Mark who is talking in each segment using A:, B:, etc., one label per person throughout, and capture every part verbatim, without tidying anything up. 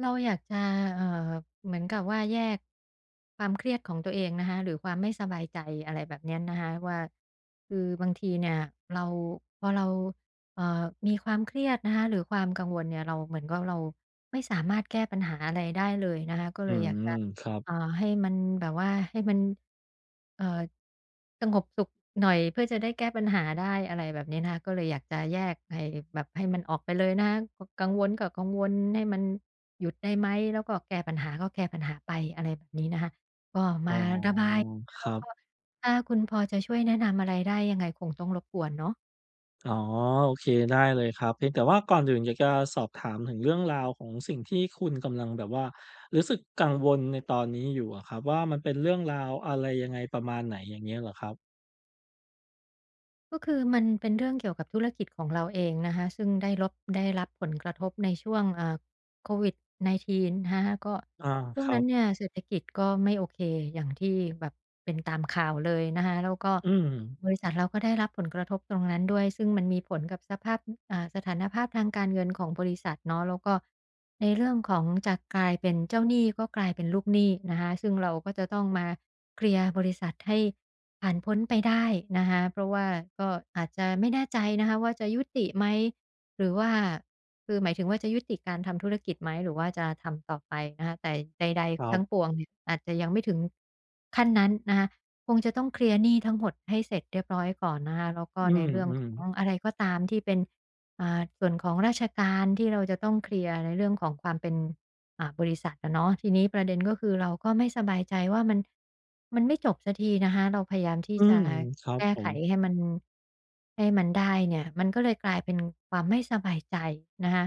A: เราอยากจะเอ่อเหมือนกับว่าแยกความเครียดของตัวเองนะคะหรือความไม่สบายใจอะไรแบบเนี้ยนะคะว่าคือบางทีเนี่ยเราพอเราเอ่อมีความเครียดนะคะหรือความกังวลเนี่ยเราเหมือนกับเราไม่สามารถแก้ปัญหาอะไรได้เลยนะคะก็
B: อื
A: เลยอยาก
B: ม
A: จะ
B: ครับ
A: เอ่อให้มันแบบว่าให้มันเอ่อสงบสุขหน่อยเพื่อจะได้แก้ปัญหาได้อะไรแบบนี้นะคะก็เลยอยากจะแยกให้แบบให้มันออกไปเลยนะคะกกังวลก็กังวลให้มันหยุดได้ไหมแล้วก็แก้ปัญหาก็แก้ปัญหาไปอะไรแบบนี้นะคะก็
B: อ๋อ
A: มาระบาย
B: ค
A: แล้ว
B: รับ
A: ก็ถ้าคุณพอจะช่วยแนะนำอะไรได้ยังไงคงต้องรบกวนเนาะ
B: อ๋อโอเคได้เลยครับเพียงแต่ว่าก่อนอื่นอยากจะสอบถามถึงเรื่องราวของสิ่งที่คุณกำลังแบบว่ารู้สึกกังวลในตอนนี้อยู่อะครับว่ามันเป็นเรื่องราวอะไรยังไงประมาณไหนอย่างเงี้ยเหรอครับ
A: ก็คือมันเป็นเรื่องเกี่ยวกับธุรกิจของเราเองนะคะซึ่งได้รบได้รับผลกระทบในช่วงอ่า โควิดไนน์ทีน นะคะก็
B: อา
A: ช่
B: ค
A: วง
B: รั
A: นั้นเนี่
B: บ
A: ยเศรษฐกิจก็ไม่โอเคอย่างที่แบบเป็นตามข่าวเลยนะคะแล้วก็
B: อืม
A: บริษัทเราก็ได้รับผลกระทบตรงนั้นด้วยซึ่งมันมีผลกับสภาพอ่าสถานภาพทางการเงินของบริษัทเนาะแล้วก็ในเรื่องของจากกลายเป็นเจ้าหนี้ก็กลายเป็นลูกหนี้นะคะซึ่งเราก็จะต้องมาเคลียร์บริษัทให้ผ่านพ้นไปได้นะคะเพราะว่าก็อาจจะไม่แน่ใจนะคะว่าจะยุติไหมหรือว่า คือหมายถึงว่าจะยุติการทำธุรกิจไหมหรือว่าจะทำต่อไปนะคะแต่ใด
B: ครั
A: ๆทั้งป
B: บ
A: วงเนี่ยอาจจะยังไม่ถึงขั้นนั้นนะคะคงจะต้องเคลียร์หนี้ทั้งหมดให้เสร็จเรียบร้อยก่อนนะคะแล้วก็
B: อื
A: ในเรื่อง
B: ม
A: ของ
B: ๆ
A: อะไรก็ตามที่เป็นอ่าส่วนของราชการที่เราจะต้องเคลียร์ในเรื่องของความเป็น อ่าบริษัทอะเนาะทีนี้ประเด็นก็คือเราก็ไม่สบายใจว่ามันมันไม่จบสักทีนะคะเราพยายามที่
B: อื
A: จะ
B: มครับ
A: แก้
B: ผ
A: ไข
B: ม
A: ให้มันให้มันได้เนี่ยมันก็เลยกลายเป็นความไม่สบายใจนะคะ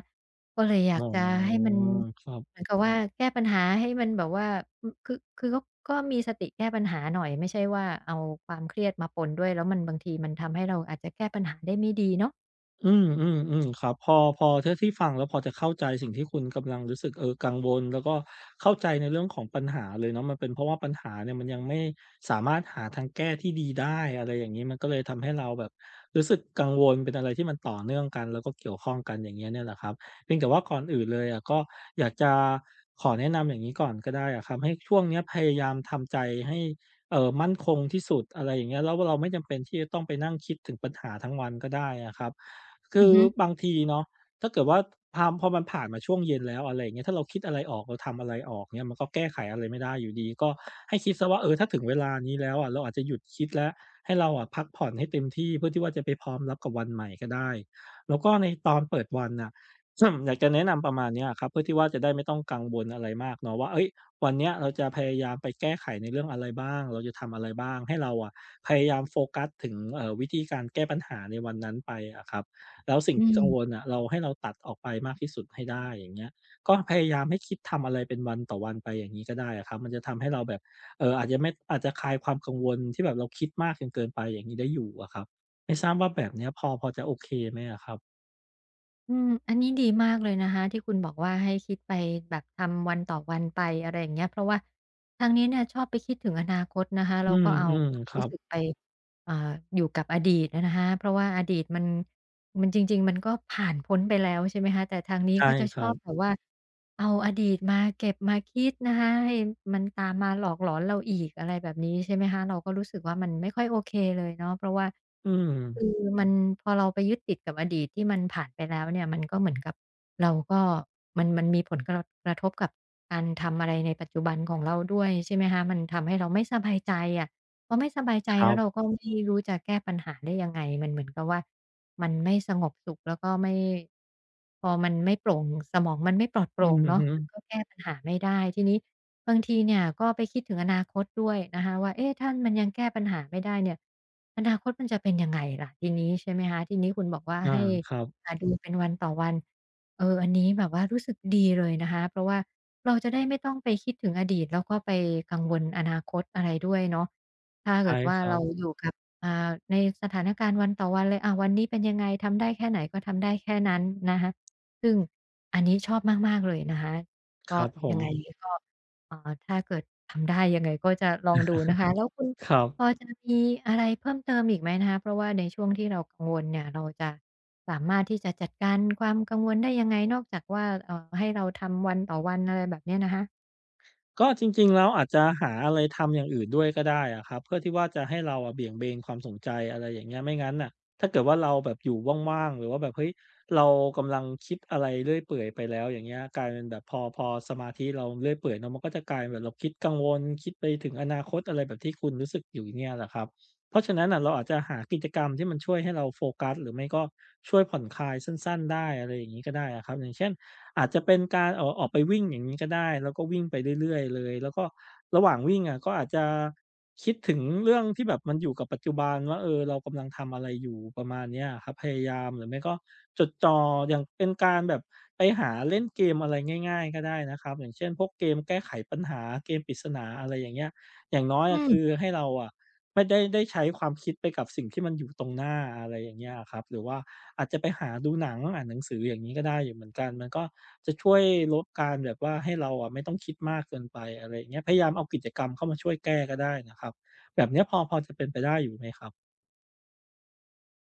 A: ก็เลยอยา
B: อ๋
A: ก
B: อ
A: จะให้มัน
B: ครั
A: เห
B: บ
A: มือนกับว่าแก้ปัญหาให้มันแบบว่าอือคือคือก็ก็มีสติแก้ปัญหาหน่อยไม่ใช่ว่าเอาความเครียดมาปนด้วยแล้วมันบางทีมันทำให้เราอาจจะแก้ปัญหาได้ไม่ดีเนาะ
B: อืมอืมอืมครับพอพอเท่าที่ฟังแล้วพอจะเข้าใจสิ่งที่คุณกำลังรู้สึกเออกังวลแล้วก็เข้าใจในเรื่องของปัญหาเลยเนาะมันเป็นเพราะว่าปัญหาเนี่ยมันยังไม่สามารถหาทางแก้ที่ดีได้อะไรอย่างนี้มันก็เลยทำให้เราแบบรู้สึกกังวลเป็นอะไรที่มันต่อเนื่องกันแล้วก็เกี่ยวข้องกันอย่างเงี้ยเนี่ยแหละครับเพียงแต่ว่าก่อนอื่นเลยอะก็อยากจะขอแนะนำอย่างนี้ก่อนก็ได้อะครับให้ช่วงเนี้ยพยายามทำใจให้เออมั่นคงที่สุดอะไรอย่างเงี้ยแล้วเราไม่จำเป็นที่จะต้องไปนั่งคิดถึงปัญหาทั้งวันก็ได้อะครับ คื
A: อือ
B: อ
A: ฮึ
B: บางทีเนาะถ้าเกิดว่าพามพอมันผ่านมาช่วงเย็นแล้วอะไรอย่างเงี้ยถ้าเราคิดอะไรออกเราทำอะไรออกเนี่ยมันก็แก้ไขอะไรไม่ได้อยู่ดีก็ให้คิดเสียว่าเออถ้าถึงเวลานี้แล้วอะเราอาจจะหยุดคิดแล้วให้เราอะพักผ่อนให้เต็มที่เพื่อที่ว่าจะไปพร้อมรับกับวันใหม่ก็ได้แล้วก็ในตอนเปิดวันน่ะ อยากจะแนะนำประมาณเนี้ยอะครับเพื่อที่ว่าจะได้ไม่ต้องกังวลอะไรมากเนาะว่าเฮ้ยวันเนี้ยเราจะพยายามไปแก้ไขในเรื่องอะไรบ้างเราจะทำอะไรบ้างให้เราอะพยายามโฟกัสถึงเอ่อวิธีการแก้ปัญหาในวันนั้นไปอะครับ แล้วสิ่ง
A: อื
B: ที่กั
A: ม
B: งวลน่ะเราให้เราตัดออกไปมากที่สุดให้ได้อย่างเงี้ยก็พยายามให้คิดทำอะไรเป็นวันต่อวันไปอย่างงี้ก็ได้อะครับมันจะทำให้เราแบบเอ่ออาจจะไม่อาจจะคลายความกังวลที่แบบเราคิดมากจนเกินไปอย่างงี้ได้อยู่อะครับไม่ทราบว่าแบบเนี้ยพอพอจะโอเคไหมอะครับ
A: อืมอันนี้ดีมากเลยนะคะที่คุณบอกว่าให้คิดไปแบบทำวันต่อวันไปอะไรอย่างเงี้ยเพราะว่าทางนี้เนี่ยชอบไปคิดถึงอนาคตนะคะ
B: อื
A: แล้วก็เอาค
B: ม
A: วาม
B: ๆครั
A: รู้
B: บ
A: สึกไปเอ่ออยู่กับอดีตนะคะเพราะว่าอดีตมัน มันจริงๆมันก็ผ่านพ้นไปแล้วใช่ไหมคะแต่ทางนี้
B: ใช่
A: ก็จะ
B: ค
A: ช
B: รั
A: อ
B: บ
A: บแบบว่าเอาอดีตมาเก็บมาคิดนะคะให้มันตามมาหลอกหลอนเราอีกอะไรแบบนี้ใช่ไหมคะเราก็รู้สึกว่ามันไม่ค่อยโอเคเลยเนาะเพราะว่า
B: อืม
A: คือมันพอเราไปยึดติดกับอดีตที่มันผ่านไปแล้วเนี่ยมันก็เหมือนกับเราก็มันมันมีผลกระกระทบกับการทำอะไรในปัจจุบันของเราด้วยใช่ไหมคะมันทำให้เราไม่สบายใจอะ พอไม่สบายใจ
B: ครั
A: แล้วเรา
B: บ
A: ก็ไม่รู้จะแก้ปัญหาได้ยังไงมันเหมือนกับว่ามันไม่สงบสุขแล้วก็ไม่พอมันไม่โปร่งสมองมันไม่ปลอดโป
B: อื
A: ร่ง
B: อ
A: เนาะ
B: ฮึ
A: มันก็แก้ปัญหาไม่ได้ทีนี้บางทีเนี่ยก็ไปคิดถึงอนาคตด้วยนะคะว่าเอ๊ะถ้ามันยังแก้ปัญหาไม่ได้เนี่ยอนาคตมันจะเป็นยังไงล่ะทีนี้ใช่ไหมคะทีนี้คุณบอกว่า
B: อา
A: ให้
B: ครับ
A: อ่าดูเป็นวันต่อวันเอออันนี้แบบว่ารู้สึกดีเลยนะคะเพราะว่าเราจะได้ไม่ต้องไปคิดถึงอดีตแล้วก็ไปกังวลอนาคตอะไรด้วยเนาะ ถ้า
B: ใช่
A: เกิดว่า
B: ครั
A: เรา
B: บ
A: อยู่กับอ่าในสถานการณ์วันต่อวันเลยอ่าวันนี้เป็นยังไงทำได้แค่ไหนก็ทำได้แค่นั้นนะคะซึ่งอันนี้ชอบมากๆเลยนะคะ
B: ค
A: ก็
B: รับผ
A: ยั
B: ม
A: งไงก็เอ่อถ้าเกิดทำได้ยังไงก็จะลองดูนะคะแล้วคุณ
B: ครั
A: พอ
B: บ
A: จะมีอะไรเพิ่มเติมอีกไหมนะคะเพราะว่าในช่วงที่เรากังวลเนี่ยเราจะสามารถที่จะจัดการความกังวลได้ยังไงนอกจากว่าเอ่อให้เราทำวันต่อวันอะไรแบบเนี้ยนะคะ
B: ก็จริงๆแล้วอาจจะหาอะไรทำอย่างอื่นด้วยก็ได้อะครับเพื่อที่ว่าจะให้เราอะเบี่ยงเบนความสนใจอะไรอย่างเงี้ยไม่งั้นน่ะถ้าเกิดว่าเราแบบอยู่ว่างๆหรือว่าแบบเฮ้ยเรากำลังคิดอะไรเรื่อยเปื่อยไปแล้วอย่างเงี้ยกลายเป็นแบบพอพอสมาธิเราเรื่อยเปื่อยเนาะมันก็จะกลายแบบเราคิดกังวลคิดไปถึงอนาคตอะไรแบบที่คุณรู้สึกอยู่เนี่ยแหละครับเพราะฉะนั้นน่ะเราอาจจะหากิจกรรมที่มันช่วยให้เราโฟกัสหรือไม่ก็ช่วยผ่อนคลายสั้นๆได้อะไรอย่างงี้ก็ได้อะครับอย่างเช่น อาจจะเป็นการออกออกไปวิ่งอย่างนี้ก็ได้แล้วก็วิ่งไปเรื่อยๆเลยแล้วก็ระหว่างวิ่งอะก็อาจจะคิดถึงเรื่องที่แบบมันอยู่กับปัจจุบันว่าเออเรากำลังทำอะไรอยู่ประมาณเนี้ยอะครับพยายามหรือไม่ก็จดจ่ออย่างเป็นการแบบไปหาเล่นเกมอะไรง่ายๆก็ได้นะครับอย่างเช่นพวกเกมแก้ไขปัญหาเกมปริศนาอะไรอย่างเงี้ยอย่างน้อยอะคือให้เราอะ ไม่ได้ได้ใช้ความคิดไปกับสิ่งที่มันอยู่ตรงหน้าอะไรอย่างเงี้ยอะครับหรือว่าอาจจะไปหาดูหนังอ่านหนังสืออย่างงี้ก็ได้อยู่เหมือนกันมันก็จะช่วยลดการแบบว่าให้เราอะไม่ต้องคิดมากเกินไปอะไรอย่างเงี้ยพยายามเอากิจกรรมเข้ามาช่วยแก้ก็ได้นะครับแบบเนี้ยพอพอจะเป็นไปได้อยู่ไหมครับ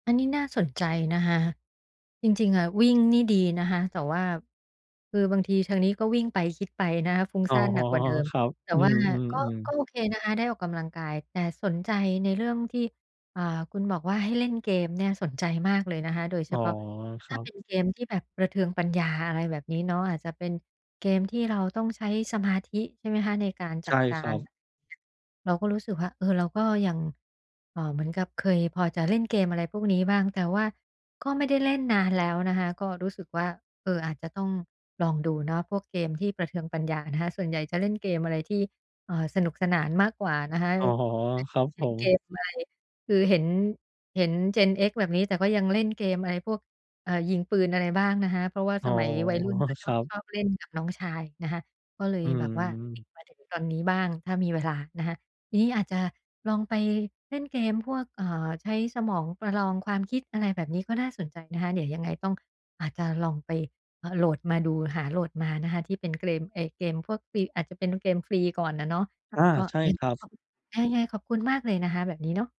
A: อันนี้น่าสนใจนะคะจริงๆอะวิ่งนี่ดีนะคะแต่ว่าคือบางทีทางนี้ก็วิ่งไปคิดไปนะคะฟุ้ง
B: อ๋อ
A: ซ่านหนักกว่าเดิม
B: ครับ
A: แต่
B: อื
A: ว่าก็
B: มๆ
A: ก็โอ
B: ๆ
A: เคนะคะได้ออกกำลังกายแต่สนใจในเรื่องที่อ่าคุณบอกว่าให้เล่นเกมเนี่ยสนใจมากเลยนะคะโดยเฉ
B: อ๋อ
A: พาะ
B: ครั
A: ถ้าเป็น
B: บ
A: เกมที่แบบประเทืองปัญญาอะไรแบบนี้เนาะอาจจะเป็นเกมที่เราต้องใช้สมาธิใช่ไหมคะในการจั
B: ใช่
A: ดกา
B: ครั
A: ร
B: บ
A: เราก็รู้สึกว่าเออเราก็ยังเอ่อเหมือนกับเคยพอจะเล่นเกมอะไรพวกนี้บ้างแต่ว่าก็ไม่ได้เล่นนานแล้วนะคะก็รู้สึกว่าเอออาจจะต้องลองดูเนาะพวกเกมที่ประเทืองปัญญานะคะส่วนใหญ่จะเล่นเกมอะไรที่เอ่อสนุกสนานมากกว่านะคะ
B: อ๋อ
A: อย่า
B: ครับ
A: ง
B: ผ
A: เช่น
B: ม
A: เกมอะไรคือเห็นเห็น เจน เอ็กซ์ แบบนี้แต่ก็ยังเล่นเกมอะไรพวก เอ่อยิงปืนอะไรบ้างนะคะเพราะว่า
B: อ๋
A: ส
B: อ
A: มัยวัยรุ่นก็ช
B: ค
A: อ
B: รั
A: บชอ
B: บ
A: บเล่นกับน้องชายนะคะก็เลย
B: อื
A: แบบว่าติด
B: ม
A: มาถึงตอนนี้บ้างถ้ามีเวลานะคะทีนี้อาจจะลองไปเล่นเกมพวกเอ่อใช้สมองประลองความคิดอะไรแบบนี้ก็น่าสนใจนะคะเดี๋ยวยังไงต้องอาจจะลองไปเอ่อโหลดมาดูหาโหลดมานะคะที่เป็นเกรมไอ้เกมพวกฟรีอาจจะเป็นเกมฟรีก่อนอะเนาะ
B: อา
A: ก็
B: ใช่
A: ยัง
B: ค
A: ไง
B: รับ
A: ขอบยังไงขอบคุณมากเลยนะคะแบบนี้เนาะ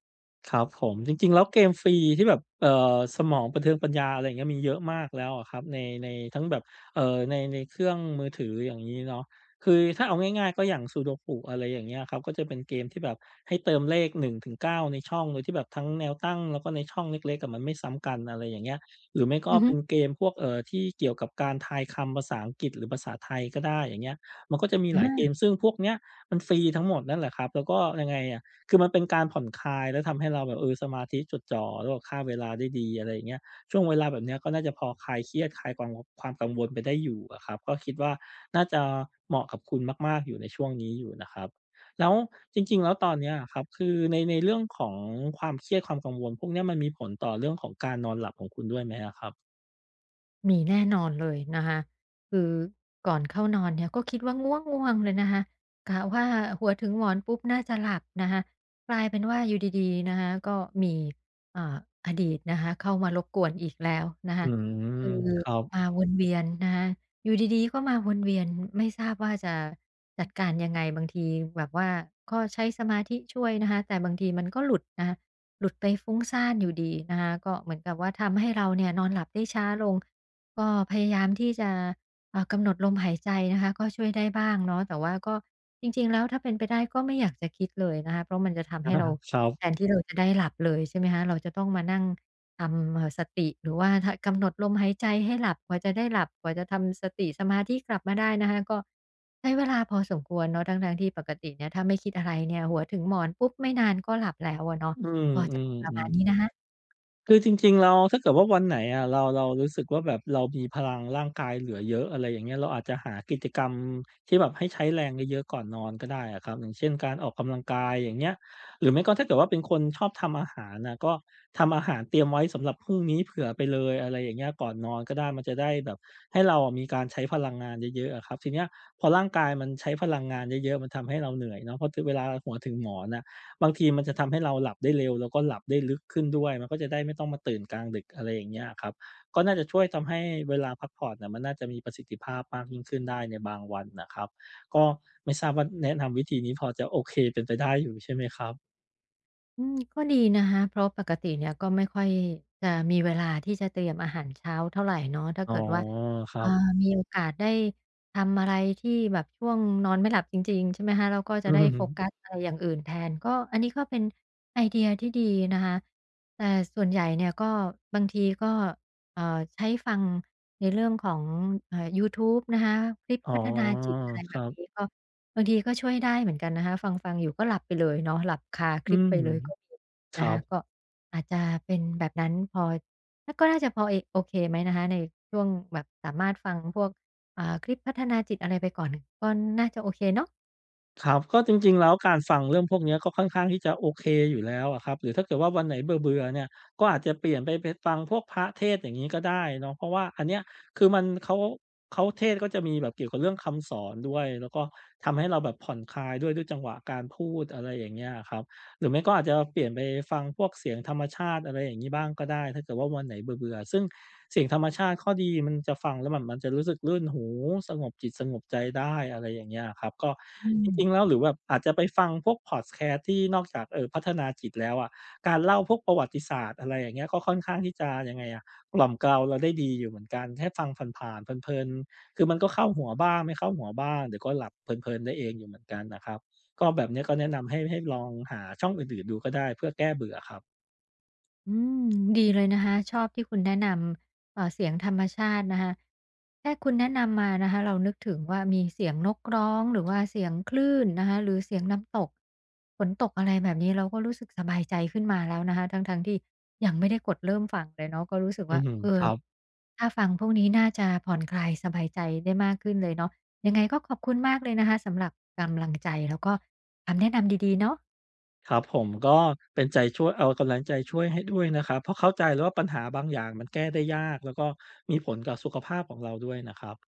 B: ครับผมจริงๆแล้วเกมฟรีที่แบบเอ่อสมองประเทืองปัญญาอะไรอย่างเงี้ยมีเยอะมากแล้วอะครับในในทั้งแบบเอ่อในในเครื่องมือถืออย่างงี้เนาะคือถ้าเอาง่ายๆก็อย่าง ซูโดกุ อะไรอย่างเงี้ยครับก็จะเป็นเกมที่แบบให้เติมเลขหนึ่งถึงเก้าในช่องโดยที่แบบทั้งแนวตั้งแล้วก็ในช่องเล็กๆอะมันไม่ซ้ำกันอะไรอย่างเงี้ยหรือไม่ก็
A: อือฮึ
B: เป็นเกมพวกเอ่อที่เกี่ยวกับการทายคำภาษาอังกฤษหรือภาษาไทยก็ได้อย่างเงี้ยมันก็จะมีหลายเก
A: อา
B: มซึ่งพวกเนี้ยมันฟรีทั้งหมดนั่นแหละครับแล้วก็ยังไงอะ คือมันเป็นการผ่อนคลายแล้วทำให้เราแบบเออสมาธิจดจ่อแล้วก็ฆ่าเวลาได้ดีอะไรอย่างเงี้ยช่วงเวลาแบบเนี้ยก็น่าจะพอคลายเครียดคลายกังความกังวลไปได้อยู่อะครับก็คิดว่าน่าจะเหมาะกับคุณมากๆอยู่ในช่วงนี้อยู่นะครับแล้วจริงๆแล้วตอนเนี้ยอะครับคือในในเรื่องของความเครียดความกังวลพวกเนี้ยมันมีผลต่อเรื่องของการนอนหลับของคุณด้วยไหมอะครับ
A: มีแน่นอนเลยนะคะคือก่อนเข้านอนเนี่ยก็คิดว่าง่วงๆเลยนะคะกะว่าหัวถึงหมอนปุ๊บน่าจะหลับนะคะกลายเป็นว่าอยู่ดีๆนะคะก็มีอ่าอดีตนะคะเข้ามารบกวนอีกแล้วนะ
B: อื
A: คะ
B: ม
A: คือ
B: ครับ
A: มาวนเวียนนะคะอยู่ดีๆก็มาวนเวียนไม่ทราบว่าจะจัดการยังไงบางทีแบบว่าก็ใช้สมาธิช่วยนะคะแต่บางทีมันก็หลุดนะคะหลุดไปฟุ้งซ่านอยู่ดีนะคะก็เหมือนกับว่าทำให้เราเนี่ยนอนหลับได้ช้าลง ก็พยายามที่จะเอ่อกำหนดลมหายใจนะคะก็ช่วยได้บ้างเนาะแต่ว่าก็จริงๆแล้วถ้าเป็นไปได้ก็ไม่อยากจะคิดเลยนะคะเพราะมันจะทำให้เรา
B: ครั
A: แท
B: บ
A: นที่เราจะได้หลับเลยใช่ไหมคะเราจะต้องมานั่งทำเอ่อสติหรือว่าถ้ากำหนดลมหายใจให้หลับกว่าจะได้หลับกว่าจะทำสติสมาธิกลับมาได้นะคะก็ใช้เวลาพอสมควรเนาะทั้งๆที่ปกติเนี่ยถ้าไม่คิดอะไรเนี่ยหัวถึงหมอนปุ๊บไม่นานก็หลับแล้วอะเนาะ
B: อื
A: ก็จะเป็นประ
B: ม
A: มาณ
B: ๆ
A: นี้
B: ๆ
A: นะคะ
B: คือจริงๆเราวถ้าเกิดว่าวันไหนอะเราเรารู้สึกว่าแบบเรามีพลังร่างกายเหลือเยอะอะไรอย่างเงี้ยเราอาจจะหากิจกรรมที่แบบให้ใช้แรงเยอะๆก่อนนอนก็ได้อะครับอย่างเช่นการออกกำลังกายอย่างเงี้ยหรือไม่ก็ถ้าเกิดว่าเป็นคนชอบทำอาหารน่ะก็ทำอาหารเตรียมไว้สำหรับพรุ่งนี้เผื่อไปเลยอะไรอย่างเงี้ยก่อนนอนก็ได้มันจะได้แบบให้เราอะมีการใช้พลังงานเยอะๆอะครับทีเนี้ยพอร่างกายมันใช้พลังงานเยอะๆมันทำให้เราเหนื่อยเนาะเพราะทเวลาหัวถึงหมอนน่ะ บางทีมันจะทำให้เราหลับได้เร็วแล้วก็หลับได้ลึกขึ้นด้วยมันก็จะได้ไม่ต้องมาตื่นกลางดึกอะไรอย่างเงี้ยอะครับก็น่าจะช่วยทำให้เวลาพักผ่อนน่ะมันน่าจะมีประสิทธิภาพมากยิ่งขึ้นได้ในบางวันน่ะครับก็ไม่ทราบว่าแนะนำวิธีนี้พอจะโอเคเป็นไปได้อยู่ใช่ไหมครับ
A: อืมก็ดีนะคะเพราะปกติเนี่ยก็ไม่ค่อยจะมีเวลาที่จะเตรียมอาหารเช้าเท่าไรเนาะถ้า
B: อ๋อ
A: เกิดว่า
B: ครั
A: อ่า
B: บ
A: มีโอกาสได้ทำอะไรที่แบบช่วงนอนไม่หลับจริงๆใช่ไหมคะเราก็จะ
B: อื
A: ได้โฟกัส
B: ม
A: อะไรอย่างอื่นแทนก็อันนี้ก็เป็นไอเดียที่ดีนะคะแต่ส่วนใหญ่เนี่ยก็บางทีก็เอ่อใช้ฟังในเรื่องของเอ่อยูทูบนะคะคลิป
B: อ๋อ
A: พัฒนาจิตอะไร
B: ค
A: แบ
B: รั
A: บนี้
B: บ
A: ก็ บางทีก็ช่วยได้เหมือนกันนะคะฟังๆอยู่ก็หลับไปเลยเนาะหลับคาค
B: อื
A: ลิป
B: ม
A: ไปเลยก็มี
B: ค
A: นะ
B: รั
A: คะ
B: บ
A: ก็อาจจะเป็นแบบนั้นพอแล้วก็น่าจะพอเอโอเคไหมนะคะในช่วงแบบสามารถฟังพวกอ่าคลิปพัฒนาจิตอะไรไปก่อนก็น่าจะโอเคเนาะ
B: ครับก็จริงๆแล้วการฟังเรื่องพวกเนี้ยก็ค่อนข้างที่จะโอเคอยู่แล้วอะครับหรือถ้าเกิดว่าวันไหนเบื่อๆเนี่ยก็อาจจะเปลี่ยนไปไปฟังพวกพระเทศน์อย่างงี้ก็ได้เนาะเพราะว่าอันเนี้ยคือมันเขาเขาเทศน์ก็จะมีแบบเกี่ยวกับเรื่องคำสอนด้วยแล้วก็ทำให้เราแบบผ่อนคลายด้วยด้วยจังหวะการพูดอะไรอย่างเงี้ยอะครับ หรือไม่ก็อาจจะเปลี่ยนไปฟังพวกเสียงธรรมชาติอะไรอย่างงี้บ้างก็ได้ถ้าเกิดว่าวันไหนเบื่อๆซึ่งเสียงธรรมชาติข้อดีมันจะฟังแล้วแบบมันจะรู้สึกรื่นหูสงบจิตสงบใจได้อะไรอย่างเงี้ยอะครับก็
A: อื
B: จ
A: ม
B: ริงๆแล้วหรือแบบอาจจะไปฟังพวกพอดแคสต์ที่นอกจากเอ่อพัฒนาจิตแล้วอะการเล่าพวกประวัติศาสตร์อะไรอย่างเงี้ยก็ค่อนข้างที่จะยังไงอะกล่อมเกลาเราได้ดีอยู่เหมือนกันแค่ฟังผ่านๆเพลินๆคือมันก็เข้าหัวบ้างไม่เข้าหัวบ้างเดี๋ยวก็หลับเพลินๆได้เองอยู่เหมือนกันนะครับ ก็แบบเนี้ยก็แนะนำให้ให้ลองหาช่องอื่นๆดูก็ได้เพื่อแก้เบื่อครับ
A: อืมดีเลยนะคะชอบที่คุณแนะนำเอ่อเสียงธรรมชาตินะคะแค่คุณแนะนำมานะคะเรานึกถึงว่ามีเสียงนกร้องหรือว่าเสียงคลื่นนะคะหรือเสียงน้ำตกฝนตกอะไรแบบนี้เราก็รู้สึกสบายใจขึ้นมาแล้วนะคะทั้งๆที่ยังไม่ได้กดเริ่มฟังเลยเนาะก็รู้สึก
B: อือ
A: ว่า
B: ฮึ
A: เอ
B: ค
A: อ
B: รับ
A: ถ้าฟังพวกนี้น่าจะผ่อนคลายสบายใจได้มากขึ้นเลยเนาะยังไงก็ขอบคุณมากเลยนะคะสำหรับกำลังใจแล้วก็คำแนะนำดีๆเนาะ
B: ครับผมก็เป็นใจช่วยเอากำลังใจช่วยให้ด้วยนะครับเพราะเข้าใจเลยว่าปัญหาบางอย่างมันแก้ได้ยากแล้วก็มีผลกับสุขภาพของเราด้วยนะครับ